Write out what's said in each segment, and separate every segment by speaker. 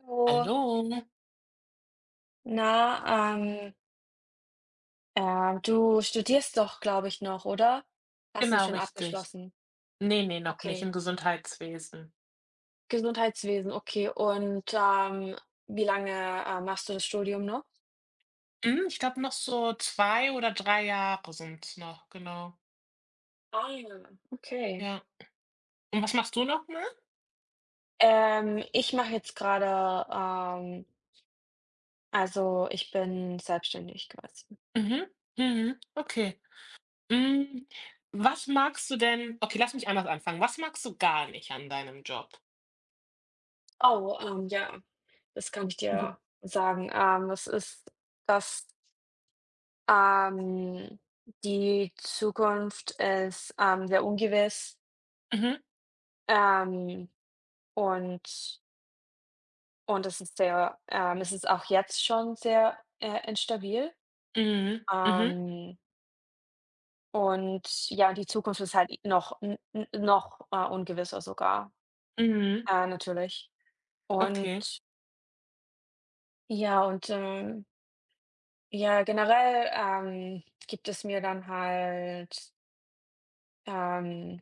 Speaker 1: Hallo.
Speaker 2: Hallo,
Speaker 1: Na, ähm, Du studierst doch, glaube ich, noch, oder? Hast du
Speaker 2: genau
Speaker 1: schon
Speaker 2: richtig.
Speaker 1: abgeschlossen?
Speaker 2: Ne, ne, noch nicht
Speaker 1: Okay.
Speaker 2: im Gesundheitswesen.
Speaker 1: Gesundheitswesen, okay. Wie lange, machst du das Studium noch?
Speaker 2: Ich glaube noch so 2 oder 3 Jahre sind's noch, genau.
Speaker 1: Ah, okay.
Speaker 2: Ja. Und was machst du noch mal?
Speaker 1: Ich mache jetzt gerade, also, ich bin selbstständig quasi.
Speaker 2: Mhm, mhm, okay. Hm, was magst du denn Okay, lass mich anders anfangen. Was magst du gar nicht an deinem Job?
Speaker 1: Oh, ja, das kann ich
Speaker 2: Mhm,
Speaker 1: dir sagen. Das ist das Ähm, die Zukunft ist, sehr ungewiss,
Speaker 2: mhm,
Speaker 1: ähm, und und es ist sehr, es ist auch jetzt schon sehr, instabil.
Speaker 2: mhm, mhm,
Speaker 1: Ähm, und ja, die Zukunft ist halt noch n n noch, ungewisser sogar,
Speaker 2: mhm,
Speaker 1: natürlich.
Speaker 2: okay.
Speaker 1: Und ja, und, ähm, ja, generell, gibt es mir dann halt, ähm,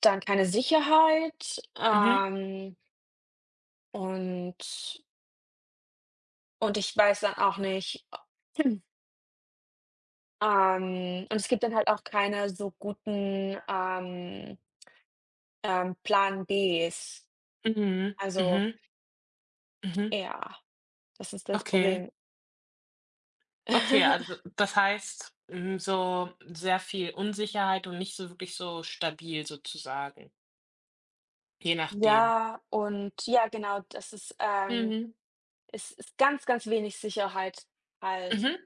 Speaker 1: dann keine Sicherheit,
Speaker 2: Mhm,
Speaker 1: ähm. Und ich weiß dann auch nicht, hm. Und es gibt dann halt auch keine so guten, Plan Bs.
Speaker 2: mhm,
Speaker 1: Also,
Speaker 2: mhm, mhm,
Speaker 1: ja, das ist das
Speaker 2: okay.
Speaker 1: Problem.
Speaker 2: Okay, also das heißt, so sehr viel Unsicherheit und nicht so wirklich so stabil sozusagen, je nachdem.
Speaker 1: Ja, und ja, genau,
Speaker 2: Mhm,
Speaker 1: es ist ganz, ganz wenig Sicherheit halt.
Speaker 2: mhm,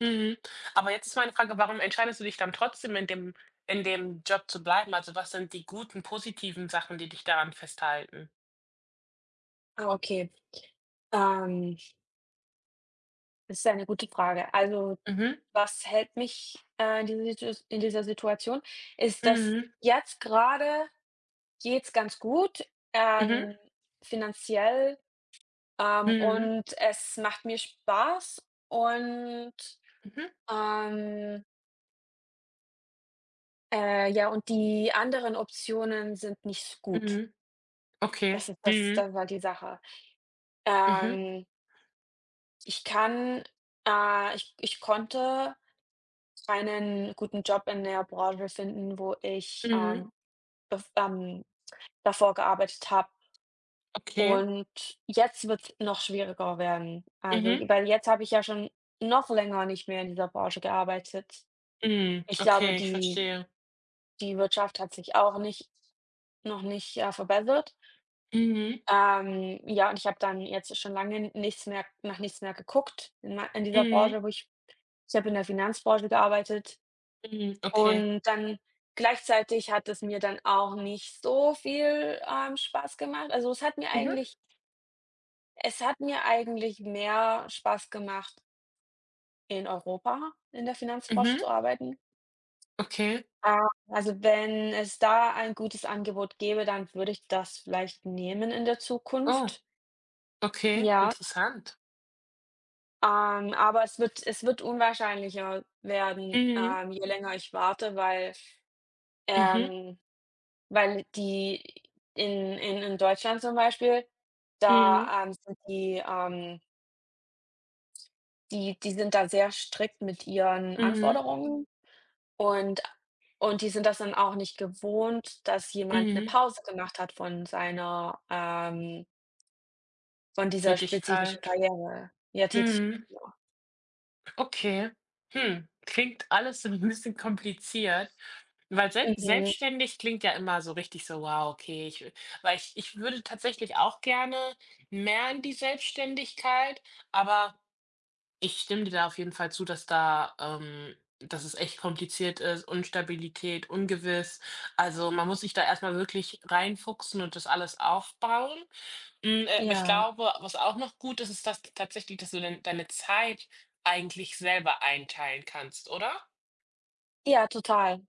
Speaker 2: mhm. Aber jetzt ist meine Frage, warum entscheidest du dich dann trotzdem in dem Job zu bleiben? Also, was sind die guten, positiven Sachen, die dich daran festhalten?
Speaker 1: Ah, okay, ähm, das ist eine gute Frage. Also,
Speaker 2: Mhm,
Speaker 1: was hält mich, in dieser Situs in dieser Situation, ist, dass
Speaker 2: mhm,
Speaker 1: jetzt gerade geht's ganz gut,
Speaker 2: mhm,
Speaker 1: ähm, finanziell,
Speaker 2: mhm,
Speaker 1: und es macht mir Spaß und,
Speaker 2: mhm,
Speaker 1: ähm, ja, und die anderen Optionen sind nicht so gut.
Speaker 2: mhm. Okay.
Speaker 1: Das ist das
Speaker 2: Mhm,
Speaker 1: das war die Sache.
Speaker 2: mhm,
Speaker 1: Ähm, Ich kann ich konnte einen guten Job in der Branche finden, wo ich,
Speaker 2: mhm.
Speaker 1: bef davor gearbeitet habe.
Speaker 2: Okay.
Speaker 1: Und jetzt wird es noch schwieriger werden. Also,
Speaker 2: Mhm,
Speaker 1: j weil jetzt habe ich ja schon noch länger nicht mehr in dieser Branche gearbeitet.
Speaker 2: mhm.
Speaker 1: Ich glaube,
Speaker 2: Okay, ich verstehe.
Speaker 1: die Wirtschaft hat sich auch nicht noch nicht, ja, verbessert.
Speaker 2: Mhm,
Speaker 1: Ja, und ich habe dann jetzt schon lange nichts mehr geguckt in mei in dieser
Speaker 2: mhm,
Speaker 1: Branche, wo ich habe in der Finanzbranche gearbeitet
Speaker 2: mhm. Okay.
Speaker 1: und dann gleichzeitig hat es mir dann auch nicht so viel, Spaß gemacht. Also,
Speaker 2: Mhm,
Speaker 1: es hat mir eigentlich mehr Spaß gemacht in Europa in der Finanzbranche
Speaker 2: mhm.
Speaker 1: zu arbeiten.
Speaker 2: Okay.
Speaker 1: Ah. Also, wenn es da ein gutes Angebot gäbe, dann würde ich das vielleicht nehmen in der
Speaker 2: Oh,
Speaker 1: Zukunft.
Speaker 2: okay,
Speaker 1: Ja,
Speaker 2: interessant.
Speaker 1: aber es wird unwahrscheinlicher werden,
Speaker 2: Mhm,
Speaker 1: je länger ich warte, weil
Speaker 2: mhm,
Speaker 1: ähm, weil die in Deutschland zum Beispiel,
Speaker 2: mhm,
Speaker 1: da, sind die sind da sehr strikt mit ihren
Speaker 2: mhm,
Speaker 1: Anforderungen und Und die sind das dann auch nicht gewohnt, dass jemand 'ne
Speaker 2: mhm.
Speaker 1: Pause gemacht hat von seiner, von dieser spezifischen
Speaker 2: Tätigkeit.
Speaker 1: Karriere, ja, Tätigkeit,
Speaker 2: Mhm,
Speaker 1: genau.
Speaker 2: okay. Klingt alles so 'n bisschen kompliziert, weil
Speaker 1: Mhm,
Speaker 2: selbstständig klingt ja immer so richtig so: „Wow, okay, ich w“, weil ich würde tatsächlich auch gerne mehr in die Selbstständigkeit, aber ich stimme dir da auf jeden Fall zu, dass da dass es echt kompliziert ist, Unstabilität, ungewiss. Also, man muss sich da erst mal wirklich reinfuchsen und das alles aufbauen. Aber ich
Speaker 1: ja.
Speaker 2: glaube, was auch noch gut ist, ist, dass tatsächlich, dass du deine Zeit eigentlich selber einteilen kannst, oder?
Speaker 1: Ja, total.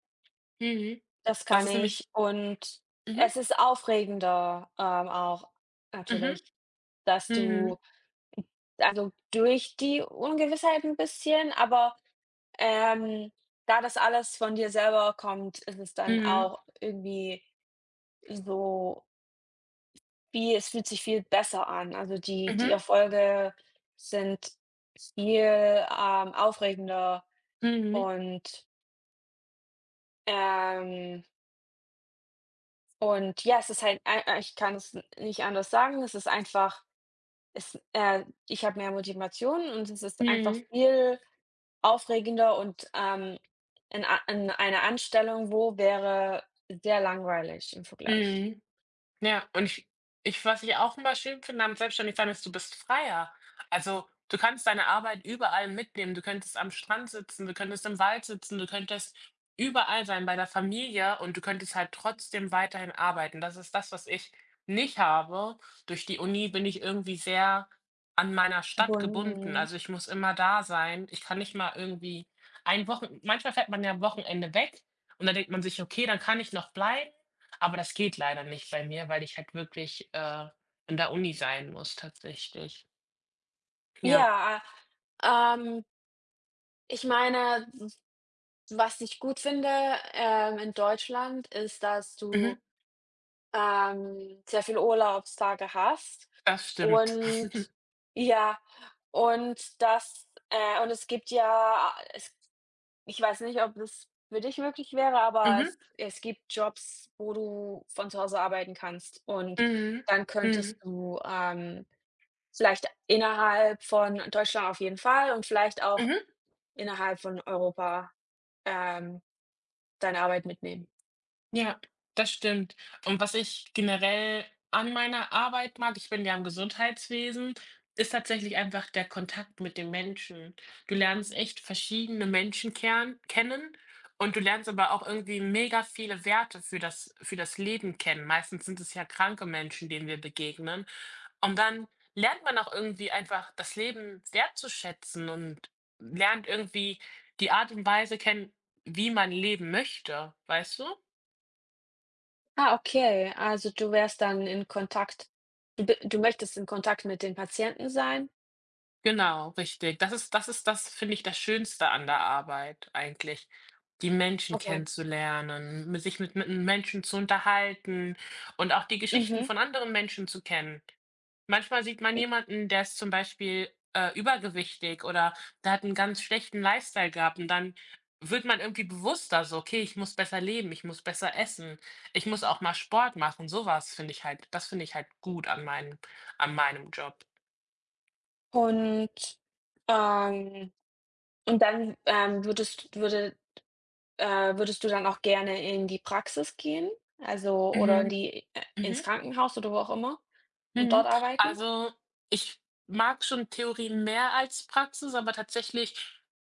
Speaker 2: Mhm.
Speaker 1: Das
Speaker 2: Das
Speaker 1: kann
Speaker 2: ist
Speaker 1: ich.
Speaker 2: nämlich
Speaker 1: Und
Speaker 2: mhm,
Speaker 1: es ist aufregender, auch
Speaker 2: mhm,
Speaker 1: natürlich, dass
Speaker 2: mhm,
Speaker 1: du, also, durch die Ungewissheit 'n bisschen, aber, ähm, da das alles von dir selber kommt, ist es dann
Speaker 2: mhm,
Speaker 1: auch irgendwie so. Wie Es fühlt sich viel besser an. Also, die
Speaker 2: mhm,
Speaker 1: Erfolge sind viel, aufregender
Speaker 2: mhm,
Speaker 1: und, ähm und ja, es ist halt, ei ei ich kann es n nicht anders sagen. Es ist einfach, es ich habe mehr Motivation und es ist einfach
Speaker 2: mhm,
Speaker 1: viel aufregender und, in a in einer Anstellung, wo wäre sehr langweilig im Vergleich.
Speaker 2: mhm. Ja, und ich ich was ich auch immer schön finde am Selbstständigsein ist, du bist freier. Also, du kannst deine Arbeit überall mitnehmen. Du könntest am Strand sitzen, du könntest im Wald sitzen, du könntest überall sein bei der Familie und du könntest halt trotzdem weiterhin arbeiten. Das ist das, was ich nicht habe. Durch die Uni bin ich irgendwie sehr an meiner Stadt
Speaker 1: Obwohl,
Speaker 2: gebunden.
Speaker 1: mhm,
Speaker 2: Also, ich muss immer da sein. Ich kann nicht mal irgendwie ein Wochen manchmal fährt man ja am Wochenende weg und dann denkt man sich: „Okay, dann kann ich noch bleiben.“ Aber das geht leider nicht bei mir, weil ich halt wirklich, in der Uni sein muss tatsächlich. Ja,
Speaker 1: ja, ähm, ich meine, was ich gut finde, in Deutschland ist, dass
Speaker 2: mhm,
Speaker 1: du, sehr viele Urlaubstage hast
Speaker 2: das stimmt.
Speaker 1: und ja, und das und es gibt ja es ich weiß nicht, ob das für dich möglich wäre, aber
Speaker 2: Mhm,
Speaker 1: es gibt Jobs, wo du von zu Hause arbeiten kannst und
Speaker 2: mhm,
Speaker 1: dann
Speaker 2: mhm,
Speaker 1: könntest du, vielleicht innerhalb von Deutschland auf jeden Fall und vielleicht auch
Speaker 2: mhm.
Speaker 1: innerhalb von Europa, ähm, deine Arbeit mitnehmen.
Speaker 2: Ja, das stimmt. Und was ich generell an meiner Arbeit mag, ich bin ja im Gesundheitswesen, ist tatsächlich einfach der Kontakt mit den Menschen. Du lernst echt verschiedene Menschen kern kennen und du lernst aber auch irgendwie mega viele Werte für das Leben kennen. Meistens sind es ja kranke Menschen, denen wir begegnen. Und dann lernt man auch irgendwie einfach das Leben wertzuschätzen und lernt irgendwie die Art und Weise kennen, wie man leben möchte, weißt du?
Speaker 1: Ah, okay. Also, du wärst dann in Kontakt, du möchtest in Kontakt mit den Patienten sein?
Speaker 2: Genau, richtig. Das finde ich, das Schönste an der Arbeit eigentlich, die Menschen
Speaker 1: Okay.
Speaker 2: kennenzulernen, mit sich mit Menschen zu unterhalten und auch die Geschichten
Speaker 1: Mhm.
Speaker 2: von anderen Menschen zu kennen. Manchmal sieht man jemanden, der ist zum Beispiel, übergewichtig oder der hat einen ganz schlechten Lifestyle gehabt und dann wird man irgendwie bewusster so: „Okay, ich muss besser leben, ich muss besser essen, ich muss auch mal Sport machen.“ Sowas finde ich halt, das finde ich halt gut an meinem Job.
Speaker 1: Und, ähm und dann, würde würdest du dann auch gerne in die Praxis gehen? Also, oder in
Speaker 2: Mhm.
Speaker 1: die ins
Speaker 2: Mhm.
Speaker 1: Krankenhaus oder wo auch immer und dort
Speaker 2: Mhm.
Speaker 1: arbeiten?
Speaker 2: Also, ich mag schon Theorie mehr als Praxis, aber tatsächlich,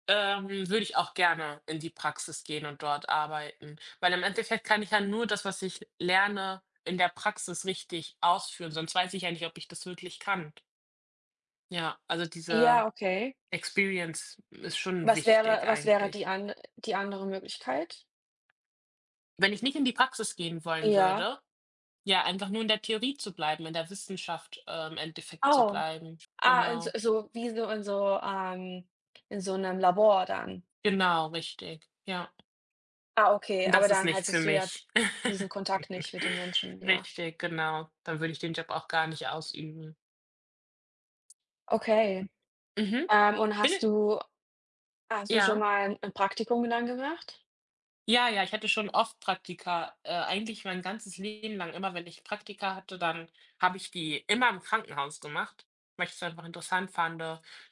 Speaker 2: würde ich auch gerne in die Praxis gehen und dort arbeiten, weil im Endeffekt kann ich ja nur das, was ich lerne, in der Praxis richtig ausführen, sonst weiß ich ja nicht, ob ich das wirklich kann. Ja, also diese
Speaker 1: Ja, okay.
Speaker 2: Experience ist schon wichtig
Speaker 1: Was wäre
Speaker 2: eigentlich.
Speaker 1: die andere Möglichkeit?
Speaker 2: Wenn ich nicht in die Praxis gehen wollen
Speaker 1: Ja.
Speaker 2: würde, ja, einfach nur in der Theorie zu bleiben, in der Wissenschaft, im Endeffekt zu
Speaker 1: Oh.
Speaker 2: bleiben.
Speaker 1: Ah, in
Speaker 2: Genau.
Speaker 1: so, in so 'nem Labor dann?
Speaker 2: Genau, richtig. Ja,
Speaker 1: Ah, okay, aber
Speaker 2: das ist
Speaker 1: dann
Speaker 2: nichts für
Speaker 1: hattest du ja
Speaker 2: mich.
Speaker 1: diesen Kontakt nicht mit den Menschen, ja.
Speaker 2: Richtig, genau. Dann würde ich den Job auch gar nicht ausüben.
Speaker 1: Okay.
Speaker 2: Mhm.
Speaker 1: Und
Speaker 2: Finde
Speaker 1: hast du schon
Speaker 2: ja.
Speaker 1: mal 'n Praktikum dann gemacht?
Speaker 2: Ja, ja, ich hatte schon oft Praktika, eigentlich mein ganzes Leben lang. Immer wenn ich Praktika hatte, dann habe ich die immer im Krankenhaus gemacht, weil ich es einfach interessant fand,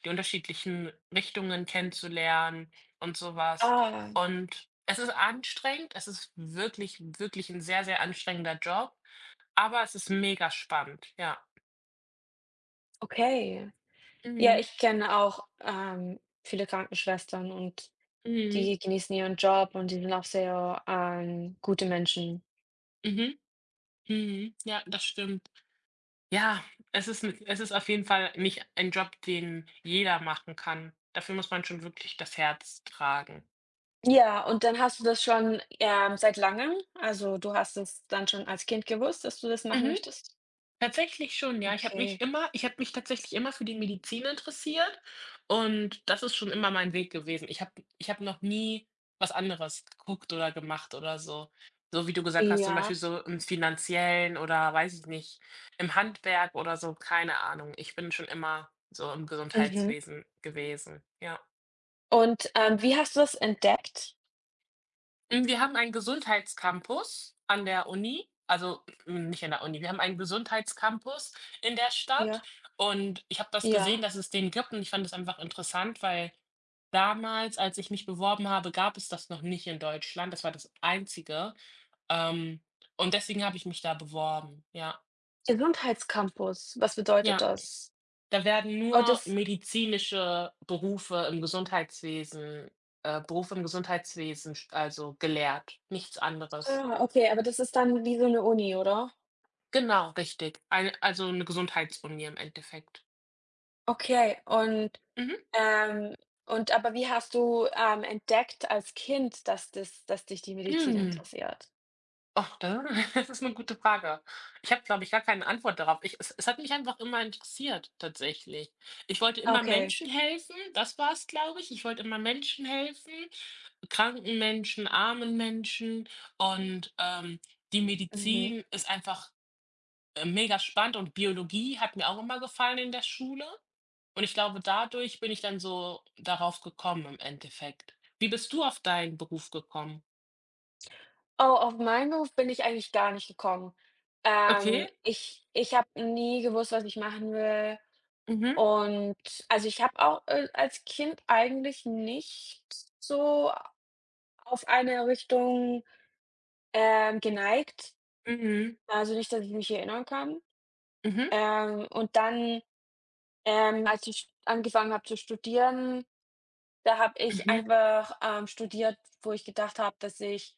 Speaker 2: die unterschiedlichen Richtungen kennenzulernen und sowas.
Speaker 1: Ah,
Speaker 2: Und es ist anstrengend. Es ist wirklich, wirklich ein sehr, sehr anstrengender Job. Aber es ist mega spannend, ja.
Speaker 1: okay. Ja,
Speaker 2: Mhm,
Speaker 1: ich kenne auch, viele Krankenschwestern und
Speaker 2: mhm,
Speaker 1: die genießen ihren Job und die sind auch sehr, gute Menschen.
Speaker 2: mhm, mhm. Ja, das stimmt. Ja, es ist auf jeden Fall nicht ein Job, den jeder machen kann. Dafür muss man schon wirklich das Herz tragen.
Speaker 1: Ja, und dann hast du das schon, seit langem? Also, du hast es dann schon als Kind gewusst, dass du das machen
Speaker 2: Mhm.
Speaker 1: möchtest?
Speaker 2: Tatsächlich schon, ja.
Speaker 1: Okay,
Speaker 2: Ich habe mich tatsächlich immer für die Medizin interessiert und das ist schon immer mein Weg gewesen. Ich habe noch nie was anderes geguckt oder gemacht oder so. So wie du gesagt hast, zum Beispiel
Speaker 1: ja,
Speaker 2: so im Finanziellen oder weiß ich nicht, im Handwerk oder so, keine Ahnung. Ich bin schon immer so im
Speaker 1: mhm.
Speaker 2: Gesundheitswesen gewesen, ja.
Speaker 1: Und, wie hast du das entdeckt?
Speaker 2: Wir haben einen Gesundheitscampus an der Uni, also, nicht an der Uni, wir haben einen Gesundheitscampus in der Stadt
Speaker 1: Ja,
Speaker 2: und ich habe das gesehen,
Speaker 1: ja.
Speaker 2: dass es den gibt und ich fand das einfach interessant, weil damals, als ich mich beworben habe, gab es das noch nicht in Deutschland. Das war das Einzige, ähm, und deswegen habe ich mich da beworben. Ja,
Speaker 1: Gesundheitscampus, was bedeutet
Speaker 2: ja.
Speaker 1: das?
Speaker 2: Da werden
Speaker 1: Oh,
Speaker 2: nur
Speaker 1: das
Speaker 2: medizinische Berufe im Gesundheitswesen st also gelehrt, nichts anderes.
Speaker 1: ah, okay, aber das ist dann wie so eine Uni, oder?
Speaker 2: Genau, richtig. Eine Gesundheitsuni im Endeffekt.
Speaker 1: Okay,
Speaker 2: Mhm.
Speaker 1: ähm und aber wie hast du, entdeckt als Kind, dass dich die Medizin
Speaker 2: Hm.
Speaker 1: interessiert?
Speaker 2: Oh, da das ist eine gute Frage. Ich habe, glaube ich, gar keine Antwort darauf. Ich es es hat mich einfach immer interessiert tatsächlich. Ich wollte immer
Speaker 1: Okay,
Speaker 2: Menschen helfen, das war es, glaube ich. Ich wollte immer Menschen helfen, kranken Menschen, armen Menschen und, die
Speaker 1: mhm.
Speaker 2: Medizin ist einfach, mega spannend und Biologie hat mir auch immer gefallen in der Schule. Und ich glaube, dadurch bin ich dann so darauf gekommen im Endeffekt. Wie bist du auf deinen Beruf gekommen?
Speaker 1: Oh, auf meinen Beruf bin ich eigentlich gar nicht gekommen.
Speaker 2: Okay.
Speaker 1: Ich habe nie gewusst, was ich machen will.
Speaker 2: Mhm.
Speaker 1: Und also, ich habe auch, als Kind eigentlich nicht so auf eine Richtung, geneigt,
Speaker 2: Mhm.
Speaker 1: also, nicht, dass ich mich erinnern kann.
Speaker 2: Mhm.
Speaker 1: Ähm, und dann, Als ich angefangen habe zu studieren, da habe ich
Speaker 2: Mhm.
Speaker 1: einfach, studiert, wo ich gedacht habe, dass ich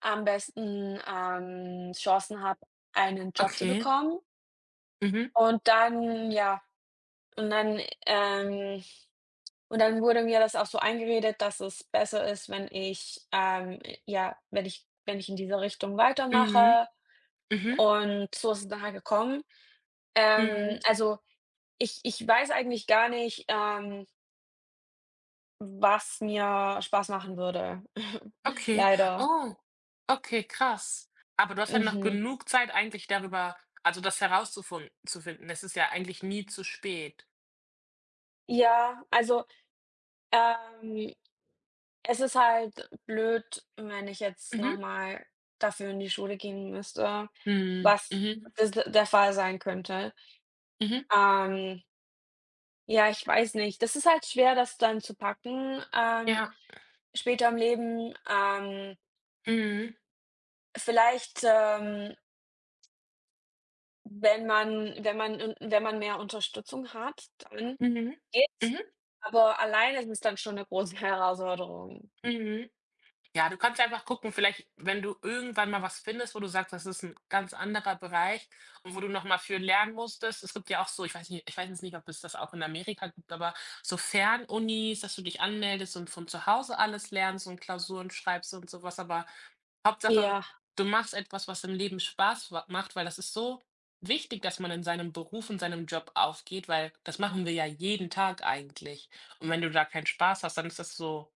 Speaker 1: am besten, Chancen habe, einen Job zu
Speaker 2: Okay.
Speaker 1: bekommen.
Speaker 2: Mhm.
Speaker 1: Und dann ja, und dann, ähm Und dann wurde mir das auch so eingeredet, dass es besser ist, wenn ich, wenn ich in dieser Richtung
Speaker 2: Mhm.
Speaker 1: weitermache
Speaker 2: Mhm.
Speaker 1: und so ist es dann halt gekommen. Ähm,
Speaker 2: Mhm.
Speaker 1: also, ich weiß eigentlich gar nicht, was mir Spaß machen würde,
Speaker 2: Okay.
Speaker 1: leider.
Speaker 2: Oh. Okay, krass. Aber du hast ja noch
Speaker 1: Mhm.
Speaker 2: genug Zeit eigentlich darüber, also das herauszufinden, zu finden. Es ist ja eigentlich nie zu spät.
Speaker 1: Ja, also, ähm, es ist halt blöd, wenn ich jetzt noch
Speaker 2: Mhm.
Speaker 1: mal dafür in die Schule gehen müsste,
Speaker 2: Mhm.
Speaker 1: was
Speaker 2: Mhm.
Speaker 1: das der Fall sein könnte.
Speaker 2: Mhm.
Speaker 1: Ähm. Ja, ich weiß nicht. Das ist halt schwer, das dann zu packen,
Speaker 2: Ja.
Speaker 1: später im Leben.
Speaker 2: Mhm.
Speaker 1: Vielleicht, ähm, Wenn man wenn man n wenn man mehr Unterstützung hat, dann
Speaker 2: Mhm.
Speaker 1: geht's,
Speaker 2: Mhm.
Speaker 1: aber alleine ist es dann schon eine große Herausforderung.
Speaker 2: Mhm. Mhm. Ja, du kannst einfach gucken, vielleicht, wenn du irgendwann mal was findest, wo du sagst, das ist ein ganz anderer Bereich und wo du nochmal mal für lernen musstest. Es gibt ja auch so, ich weiß jetzt nicht, ob es das auch in Amerika gibt, aber so Fernunis, dass du dich anmeldest und von zu Hause alles lernst und Klausuren schreibst und sowas. Aber Hauptsache,
Speaker 1: Ja,
Speaker 2: du machst etwas, was im Leben Spaß wa macht, weil das ist so wichtig, dass man in seinem Beruf und seinem Job aufgeht, weil das machen wir ja jeden Tag eigentlich. Und wenn du da keinen Spaß hast, dann ist das so.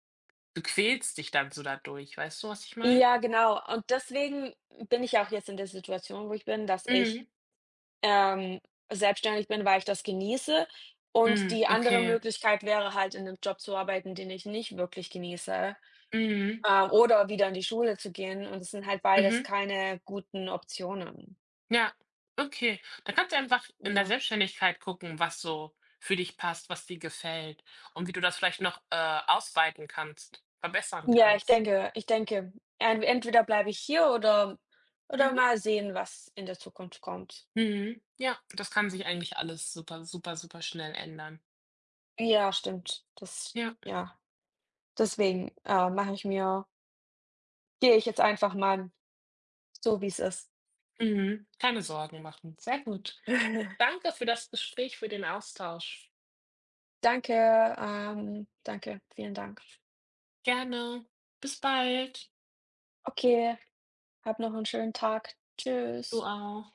Speaker 2: Du quälst dich dann so dadurch, weißt du, was ich meine?
Speaker 1: ja, genau. Und deswegen bin ich auch jetzt in der Situation, wo ich bin, dass
Speaker 2: Mhm.
Speaker 1: ich, ähm, selbstständig bin, weil ich das genieße und
Speaker 2: Mhm,
Speaker 1: die andere
Speaker 2: okay.
Speaker 1: Möglichkeit wäre halt, in einem Job zu arbeiten, den ich nicht wirklich genieße.
Speaker 2: Mhm,
Speaker 1: Oder wieder in die Schule zu gehen und es sind halt beides
Speaker 2: mhm.
Speaker 1: keine guten Optionen.
Speaker 2: Ja, okay. Da kannst du einfach in der
Speaker 1: Ja.
Speaker 2: Selbstständigkeit gucken, was so für dich passt, was dir gefällt und wie du das vielleicht noch, ausweiten kannst, verbessern kannst.
Speaker 1: Ich denke, en entweder bleibe ich hier oder
Speaker 2: Mhm.
Speaker 1: mal sehen, was in der Zukunft kommt.
Speaker 2: Mhm, ja, das kann sich eigentlich alles super, super, super schnell ändern.
Speaker 1: Ja, stimmt.
Speaker 2: Ja,
Speaker 1: Deswegen, mache ich mir gehe ich jetzt einfach mal so, wie es ist.
Speaker 2: mhm, keine Sorgen machen. Sehr gut. Danke für das Gespräch, für den Austausch.
Speaker 1: Danke, vielen Dank.
Speaker 2: Gerne. Bis bald.
Speaker 1: Okay, hab noch einen schönen Tag.
Speaker 2: Du
Speaker 1: Tschüss.
Speaker 2: auch.